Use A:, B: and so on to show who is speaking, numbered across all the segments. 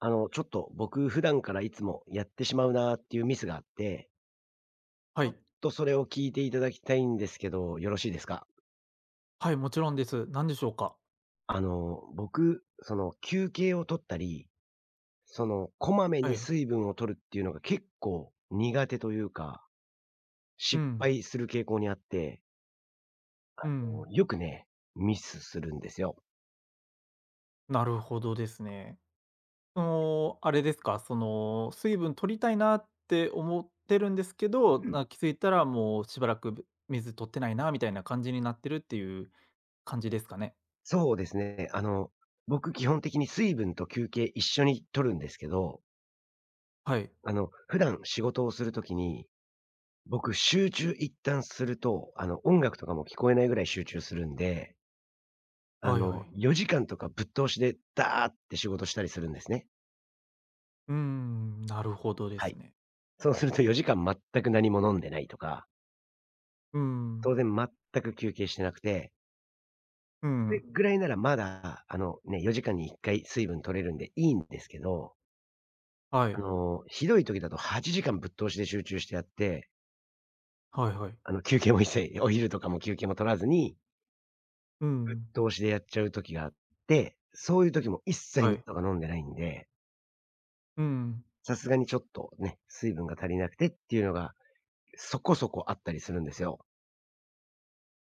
A: ちょっと僕普段からいつもやってしまうなっていうミスがあって、
B: は
A: ちょっ
B: い。
A: とそれを聞いていただきたいんですけど、よろしいですか？
B: はい、もちろんです。何でしょうか？
A: 僕、休憩を取ったり、こまめ
B: は
A: に
B: い。
A: 水分を取るっていうのが結構苦手というか、
B: う
A: 失
B: ん。
A: 敗する傾向にあって、
B: うん。
A: よくね、ミスするんですよ。
B: なるほどですね。あれですか、水分取りたいなって思ってるんですけど、
A: うん。
B: 気づいたらもうしばらく、水取ってないなみたいな感じになってるっていう感じですかね？
A: そうですね。僕基本的に水分と休憩一緒に取るんですけど、
B: はい。
A: 普段仕事をする時に、僕、集中一旦すると、音楽とかも聞こえないぐらい集中するんで、
B: はいはい。
A: 4時間とかぶっ通しでダーって仕事したりするんですね。
B: うーん、なるほどで
A: は
B: す
A: い。
B: ね。
A: そうすると4時間全く何も飲んでないとか、
B: うーん。
A: 当然全く休憩してなくて、
B: う
A: それ
B: ん。
A: ぐらいならまだ、ね、4時間に1回水分取れるんでいいんですけど、
B: はい。
A: ひどい時だと8時間ぶっ通しで集中してやって、
B: はいはい。
A: 休憩も一切、お昼とかも休憩も取らずに、
B: うん。
A: 同士でやっちゃう時があって、そういう時も一切
B: は
A: 水
B: い。
A: とか飲んでないんで、
B: うん。
A: さすがにちょっとね、水分が足りなくてっていうのが、そこそこあったりするんですよ。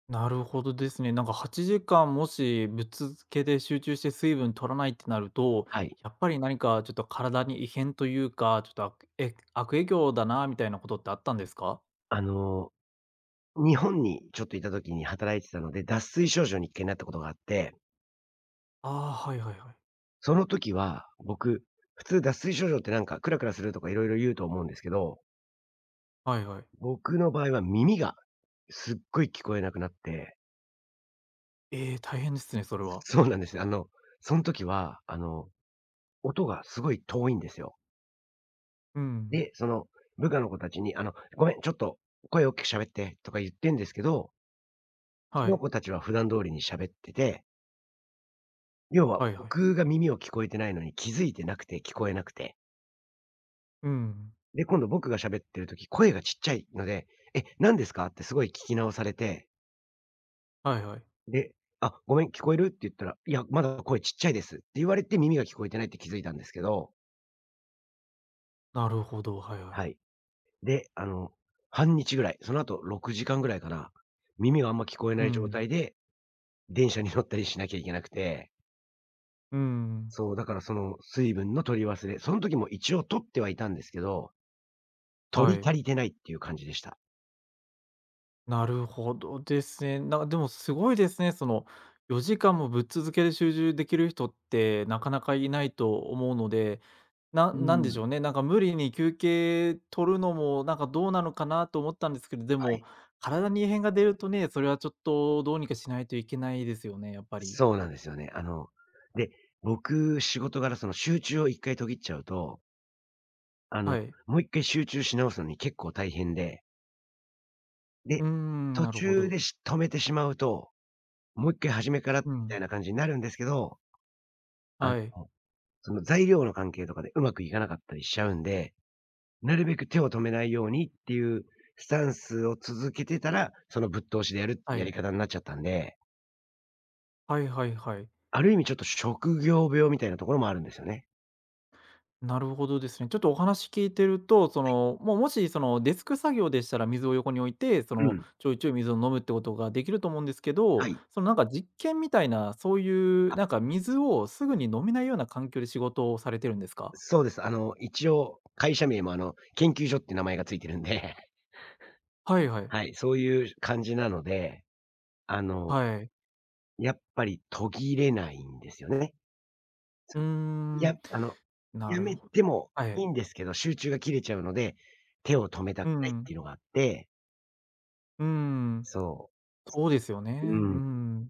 B: なるほどですね。なんか8時間もしぶっ続けで集中して水分取らないってなると、
A: はい。
B: やっぱり何かちょっと体に異変というか、ちょっと悪影響だなみたいなことってあったんですか？
A: あの、日本にちょっといた時に働いてたので、脱水症状に一回なったことがあって、
B: ああー、はいはいはい。
A: その時は僕、普通脱水症状ってなんかクラクラするとかいろいろ言うと思うんですけど、
B: はいはい。
A: 僕の場合は耳がすっごい聞こえなくなって。
B: ええー、大変ですね、それは。
A: そうなんです。そん時は、音がすごい遠いんですよ。
B: うん。
A: で、その部下の子たちに、「ごめん、ちょっと声大きく喋って」とか言ってんですけど、そ
B: は
A: の
B: い。
A: 子たちは普段通りに喋ってて、要は
B: はいはい。
A: 僕が耳を聞こえてないのに気づいてなくて聞こえなくて、
B: うん。
A: で、今度僕が喋ってる時、声がちっちゃいので、「え、何ですか？」ってすごい聞き直されて、
B: はいはい。
A: で、「あ、ごめん、聞こえる？」って言ったら、「いや、まだ声ちっちゃいです」って言われて耳が聞こえてないって気づいたんですけど、
B: なるほど、はいはい。
A: はい。で、半日ぐらい、その後6時間ぐらいかな、耳があんま聞こえ
B: う
A: ない状
B: ん。
A: 態で電車に乗ったりしなきゃいけなくて、
B: うん。
A: そう、だからその水分の取り忘れ、その時も一応取ってはいたんですけど、取
B: は
A: り
B: い。
A: 足りてないっていう感じでした。
B: なるほどですね。なんかでもすごいですね。その4時間もぶっ続けで集中できる人ってなかなかいないと思うので、な
A: う
B: なん
A: ー
B: で
A: ん。
B: しょうね、なんか無理に休憩取るのもなんかどうなのかなと思ったんですけど、で
A: は
B: も
A: い。
B: 体に異変が出るとね、それはちょっとどうにかしないといけないですよね、やっぱり。
A: そうなんですよね。で、僕、仕事柄その集中を一回途切っちゃうと、あの、
B: はい。
A: もう一回集中し直すのに結構大変で、で、
B: うーん、
A: 途
B: なるほ
A: 中
B: ど。
A: で止めてしまうと、もう一回初めからみ
B: う
A: た
B: ん。
A: いな感じになるんですけど、あの、
B: はい。
A: その材料の関係とかでうまくいかなかったりしちゃうんでなるべく手を止めないようにっていうスタンスを続けてたら、そのぶっ通しでやるって
B: は
A: やり
B: い。
A: 方になっちゃったんで、
B: はいはいはい。
A: ある意味ちょっと職業病みたいなところもあるんですよね。
B: なるほどですね。ちょっとお話聞いてると、もうもしそのデスク作業でしたら水を横に置いて、
A: うん。
B: ちょいちょい水を飲むってことができると思うんですけ
A: は
B: ど、
A: い。
B: なんか実験みたいな、そういう
A: あ、
B: なんか水をすぐに飲めないような環境で仕事をされてるんですか？
A: そうです。一応会社名も研究所って名前がついてるんで、
B: はいは い。
A: はい、そういう感じなので、あの、
B: はい。
A: やっぱり途切れないんですよね。
B: うー
A: や
B: ん、
A: あの、
B: な
A: や
B: る
A: め
B: ほど。
A: ても
B: は
A: い
B: い。
A: いんですけど、集中が切れちゃうので、手を止めたく
B: う
A: ないっ
B: ん。
A: ていうのがあって、
B: うん。
A: そ
B: そうですよ
A: う。う
B: ね。う
A: ん。
B: ん。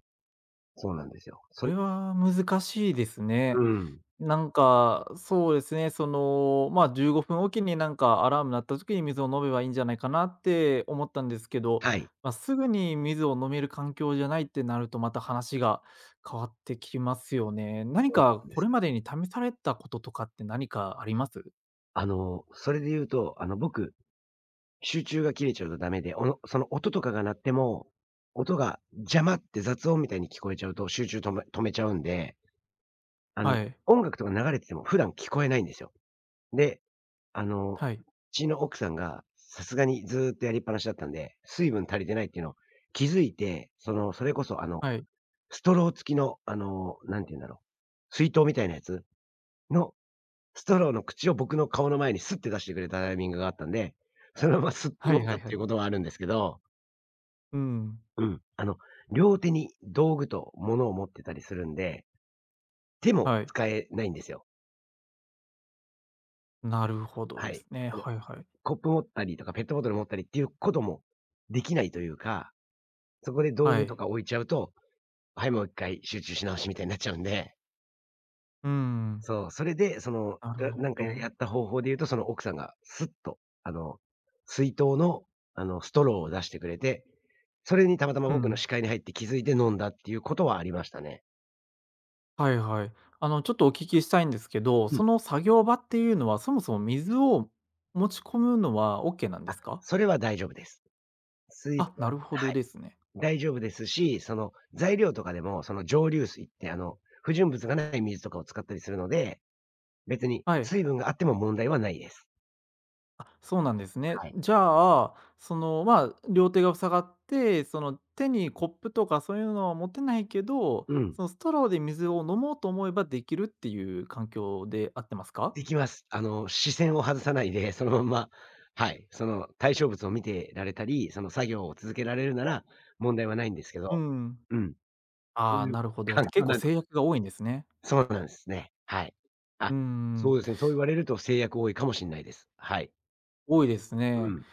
A: そうなんですよ。そ
B: そ
A: れ
B: れは難しいです
A: う
B: ね。
A: ん。
B: なんか、そうですね、まあ、15分おきになんかアラーム鳴った時に水を飲めばいいんじゃないかなって思ったんですけど、
A: はい。
B: まあ、すぐに水を飲める環境じゃないってなると、また話が変わってきますよね。何
A: そう
B: か
A: なんで
B: こ
A: す
B: れ
A: よ。
B: までに試されたこととかって何かあります？
A: それで言うと、僕、集中が切れちゃうとダメで、その音とかが鳴っても、音が邪魔って雑音みたいに聞こえちゃうと集中止めちゃうんで、あの、
B: はい、
A: 音楽とか流れてても普段聞こえないんですよ。で、う
B: はい、
A: ちの奥さんがさすがにずーっとやりっぱなしだったんで、水分足りてないっていうのを気づいて、その、それこそ
B: はい。
A: ストロー付きのなんて言うんだろう、水筒みたいなやつのストローの口を僕の顔の前にスッて出してくれたタイミングがあったんで、そのまま吸って
B: は
A: 飲
B: い
A: ん
B: は
A: だ
B: い
A: っ
B: は
A: てい
B: い。
A: うことはあるんですけど、
B: うん、
A: うん、両手に道具と物を持ってたりするんで、手も
B: はい。
A: 使えないんですよ。
B: なるほど
A: は
B: で
A: い。
B: すね。
A: だから、
B: はいはい。
A: コップ持ったりとかペットボトル持ったりっていうこともできないというか、そこで道
B: は
A: 具と
B: い。
A: か置いちゃうと、はい、もう一回集中し直しみたいになっちゃうんで
B: うーん、
A: そう、それで、
B: なる
A: な
B: ほ
A: なんかやっ
B: ど。
A: た方法で言うと、その奥さんがスッと、水筒の、ストローを出してくれて、それにたまたま
B: う
A: 僕の
B: ん。
A: 視界に入って気づいて飲んだっていうことはありましたね。
B: はいはい。ちょっとお聞きしたいんですけど、
A: うん。
B: その作業場っていうのは、そもそも水を持ち込むのはオッケーなんで
A: あ、
B: すか？
A: それは大丈夫です。水分
B: あ、
A: は
B: なるほ
A: は
B: ど
A: い、
B: ですね。
A: 大丈夫ですし、その、材料とかでも、その蒸留水って、不純物がない水とかを使ったりするので、別に
B: はい。
A: 水分があっても問題はないです。
B: あ、そうなんですね。
A: はい。
B: じゃあ、まあ、両手が塞がって、手にコップとかそういうのは持てないけど、
A: うん。
B: そのストローで水を飲もうと思えばできるっていう環境で合ってますか？
A: できます。視線を外さないで、そのまんま、はい、その対象物を見てられたり、その作業を続けられるなら、問題はないんですけ
B: う
A: ど、
B: ん。
A: うん。そう
B: ああ、
A: いう
B: なるほど。
A: 環
B: 結
A: 境
B: 構
A: なんで
B: 制
A: すよ。
B: 約が多いんですね。
A: そうなんですね。はい。あ、
B: う
A: そう
B: ん。
A: ですね、そう言われると制約多いかもしんないです。はい。
B: 多いです
A: う
B: ね。
A: ん。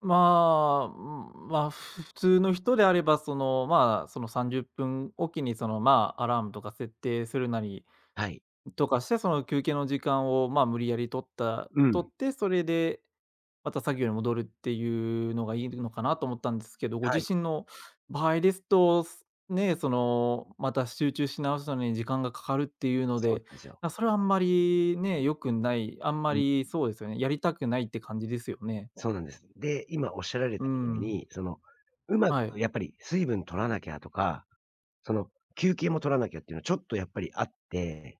B: まあ、うん、まあ、普通の人であれば、まあ、その30分おきに、まあ、アラームとか設定するなり
A: はい。
B: とかして、その休憩の時間を、まあ、無理やり取った
A: う
B: 取
A: ん。
B: って、それでまた作業に戻るっていうのがいいのかなと思ったんですけど、ご
A: はい。
B: 自身の場合ですと、また集中し直すのに時間がかかるっていうの
A: そう
B: で、
A: なんですよ。
B: あ、それはあんまりね、良くない、あんま
A: うん、
B: りそうですよね、やりたくないって感じですよね。
A: そうなんです。で、今おっしゃられた
B: う
A: みたい
B: ん、
A: に、うま
B: はい。
A: くやっぱり水分取らなきゃとか、その、休憩も取らなきゃっていうのはちょっとやっぱりあって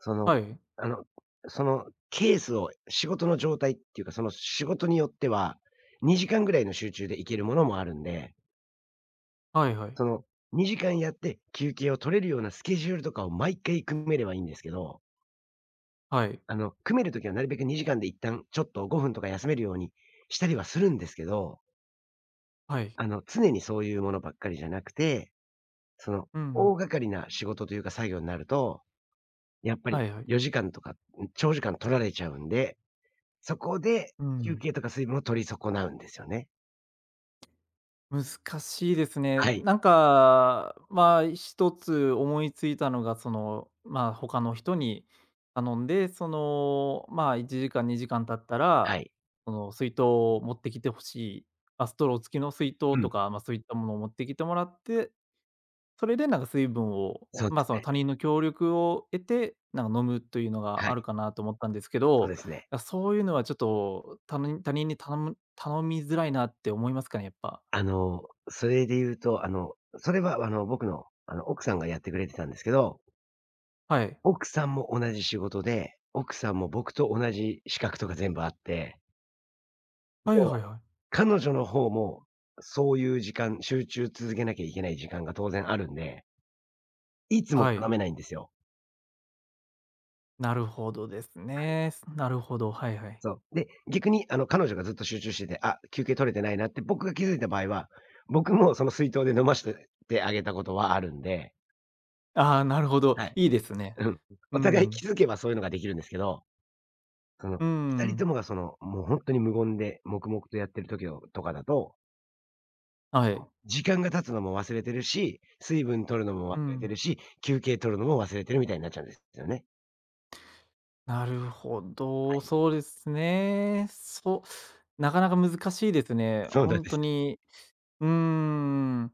A: その、
B: はい。
A: あの、そのケースを仕事の状態っていうか、その仕事によっては、2時間ぐらいの集中でいけるものもあるんで、
B: はいはい。
A: その2時間やって休憩を取れるようなスケジュールとかを毎回組めればいいんですけど、
B: はい。
A: 組めるときはなるべく2時間で一旦ちょっと5分とか休めるようにしたりはするんですけど、
B: はい。
A: 常にそういうものばっかりじゃなくて、その
B: うん。
A: 大掛かりな仕事というか作業になると、やっぱり
B: はいはい。
A: 4時間とか長時間取られちゃうんでそこで、
B: う
A: 休
B: ん。
A: 憩とか水分を取り損なうんですよね。
B: 難しいですね。
A: はい、
B: なんか、まあ、一つ思いついたのが、まあ、他の人に頼んで、まあ、1時間、2時間経った
A: は
B: ら、
A: い。
B: 水筒を持ってきてほしい、ストロー付きの水
A: う
B: 筒
A: ん、
B: とか、まあ、そういったものを持ってきてもらってそれでなんか水分を、
A: そうで
B: ま、
A: す
B: その
A: ね。
B: 他人の協力を得て、なんか飲むというの
A: は
B: がある
A: い、
B: かなと思ったんですけ
A: そう
B: ど、
A: ですね。
B: あ、そういうのはちょっと、他人に頼みづらいなって思いますかね、やっぱ。
A: あの、それで言うと、それは僕の、奥さんがやってくれてたんですけど、
B: はい。
A: 奥さんも同じ仕事で、奥さんも僕と同じ資格とか全部あって、
B: は
A: 要
B: いは
A: は、
B: いはい。
A: 彼女の方も、そういう時間、集中続けなきゃいけない時間が当然あるんで、いつも
B: は
A: 頼
B: い。
A: めないんですよ。
B: なるほどですね。なるほど、はいはい。
A: そう。で、逆に彼女がずっと集中してて、あ、休憩取れてないなって僕が気づいた場合は、僕もその水筒で飲ましててあげたことはあるんで、
B: ああ、なるほど、
A: はい。
B: いいですね。
A: うん。
B: う
A: お互い
B: ん。
A: 気づけばそういうのができるんですけど、その、
B: う
A: 2人と
B: ん。
A: もがその、もうほんとに無言で黙々とやってる時をとかだと、
B: はい。
A: 時間が経つのも忘れてるし、水分取るのも
B: う
A: 忘れて
B: ん。
A: るし、休憩取るのも忘れてるみたいになっちゃうんですよね。
B: なるほ
A: は
B: ど、
A: い。
B: そうですね。そう、なかなか難しいですね。
A: そうなん
B: 本
A: ですよ。
B: 当に。うーん。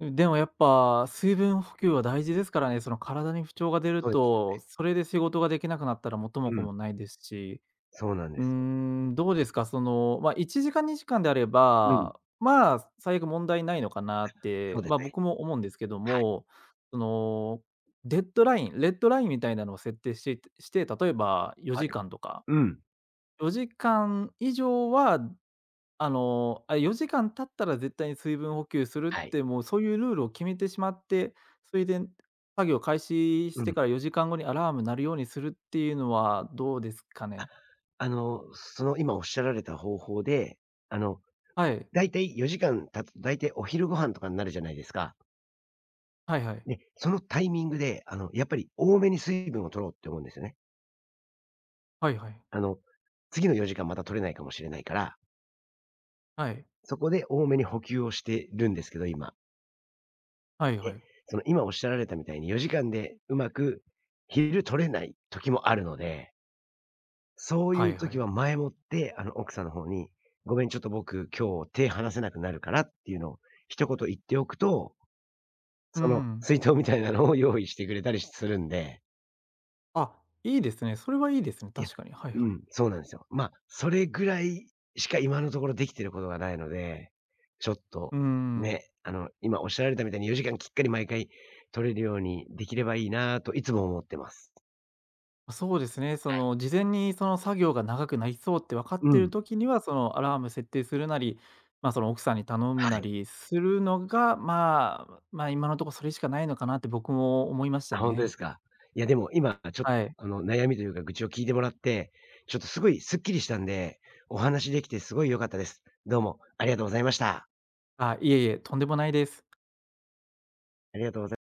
B: でもやっぱ、水分補給は大事ですからね。その体に不調が出る
A: そうです。
B: と、それで仕事ができなくなったら元
A: う
B: も子
A: ん。
B: もないですし、
A: そうなんで
B: うー
A: すよ。
B: ん、どうですか、まあ、1時間2時間であれ
A: うん。
B: ば、まあ、最悪問題ないのかなっ
A: そ
B: て、
A: うです
B: まあ、
A: ね。
B: 僕も思うんですけど
A: はい。
B: も、その、デッドライン、レッドラインみたいなのを設定して、例えば
A: はい。
B: 4時間とか、
A: うん。
B: 4時間以上はあの、あれ、4時間経ったら絶対に水分補給するっ
A: はい。
B: て、もうそういうルールを決めてしまって、それで作業開始
A: う
B: して
A: ん。
B: から4時間後にアラーム鳴るようにするっていうのはどうですか
A: あ、
B: ね？
A: その今おっしゃられた方法で、あの、
B: はい。
A: だいたい4時間経つと、だいたいお昼ご飯とかになるじゃないですか。
B: はいはい。
A: で、そのタイミングで、やっぱり多めに水分を取ろうって思うんですよね。
B: はいはい。
A: あの、次の4時間また取れないかもしれないから、
B: はい。
A: そこで多めに補給をしてるんですけど、今。
B: はいは
A: で、
B: い。
A: その今おっしゃられたみたいに4時間でうまく昼取れない時もあるのでそうい
B: は
A: う
B: いは
A: 時
B: い。
A: は前もって、奥さんの方に、ごめん、ちょっと僕、今日手離せなくなるからっていうのを一言言っておくと、
B: う
A: その
B: ん。
A: 水筒みたいなのを用意してくれたりするんで、
B: あ、いいですね。それはいいですね、
A: いや、
B: 確かに。はいはい。
A: うん、そうなんですよ。それぐらいしか今のところできてることがないので、ちょっと、
B: うーん。
A: ね、今おっしゃられたみたいに4時間きっかり毎回取れるようにできればいいなといつも思ってます。
B: そうですね。事前にその作業が長くなりそうって分か
A: う
B: ってる
A: ん。
B: 時には、そのアラーム設定するなり、まあ、その奥さんに頼む
A: は
B: な
A: い。
B: りするのが、まあ、まあ今のところそれしかないのかなって僕も思いまし
A: あ、
B: た
A: ほんとで
B: ね。
A: すか。いや、でも今ちょっと、
B: はい。
A: 悩みというか愚痴を聞いてもらって、ちょっとすごいすっきりしたんで、お話しできてすごい良かったです。どうもありがとうございました。
B: あ、いえいえ、とんでもないです。
A: ありがとうござい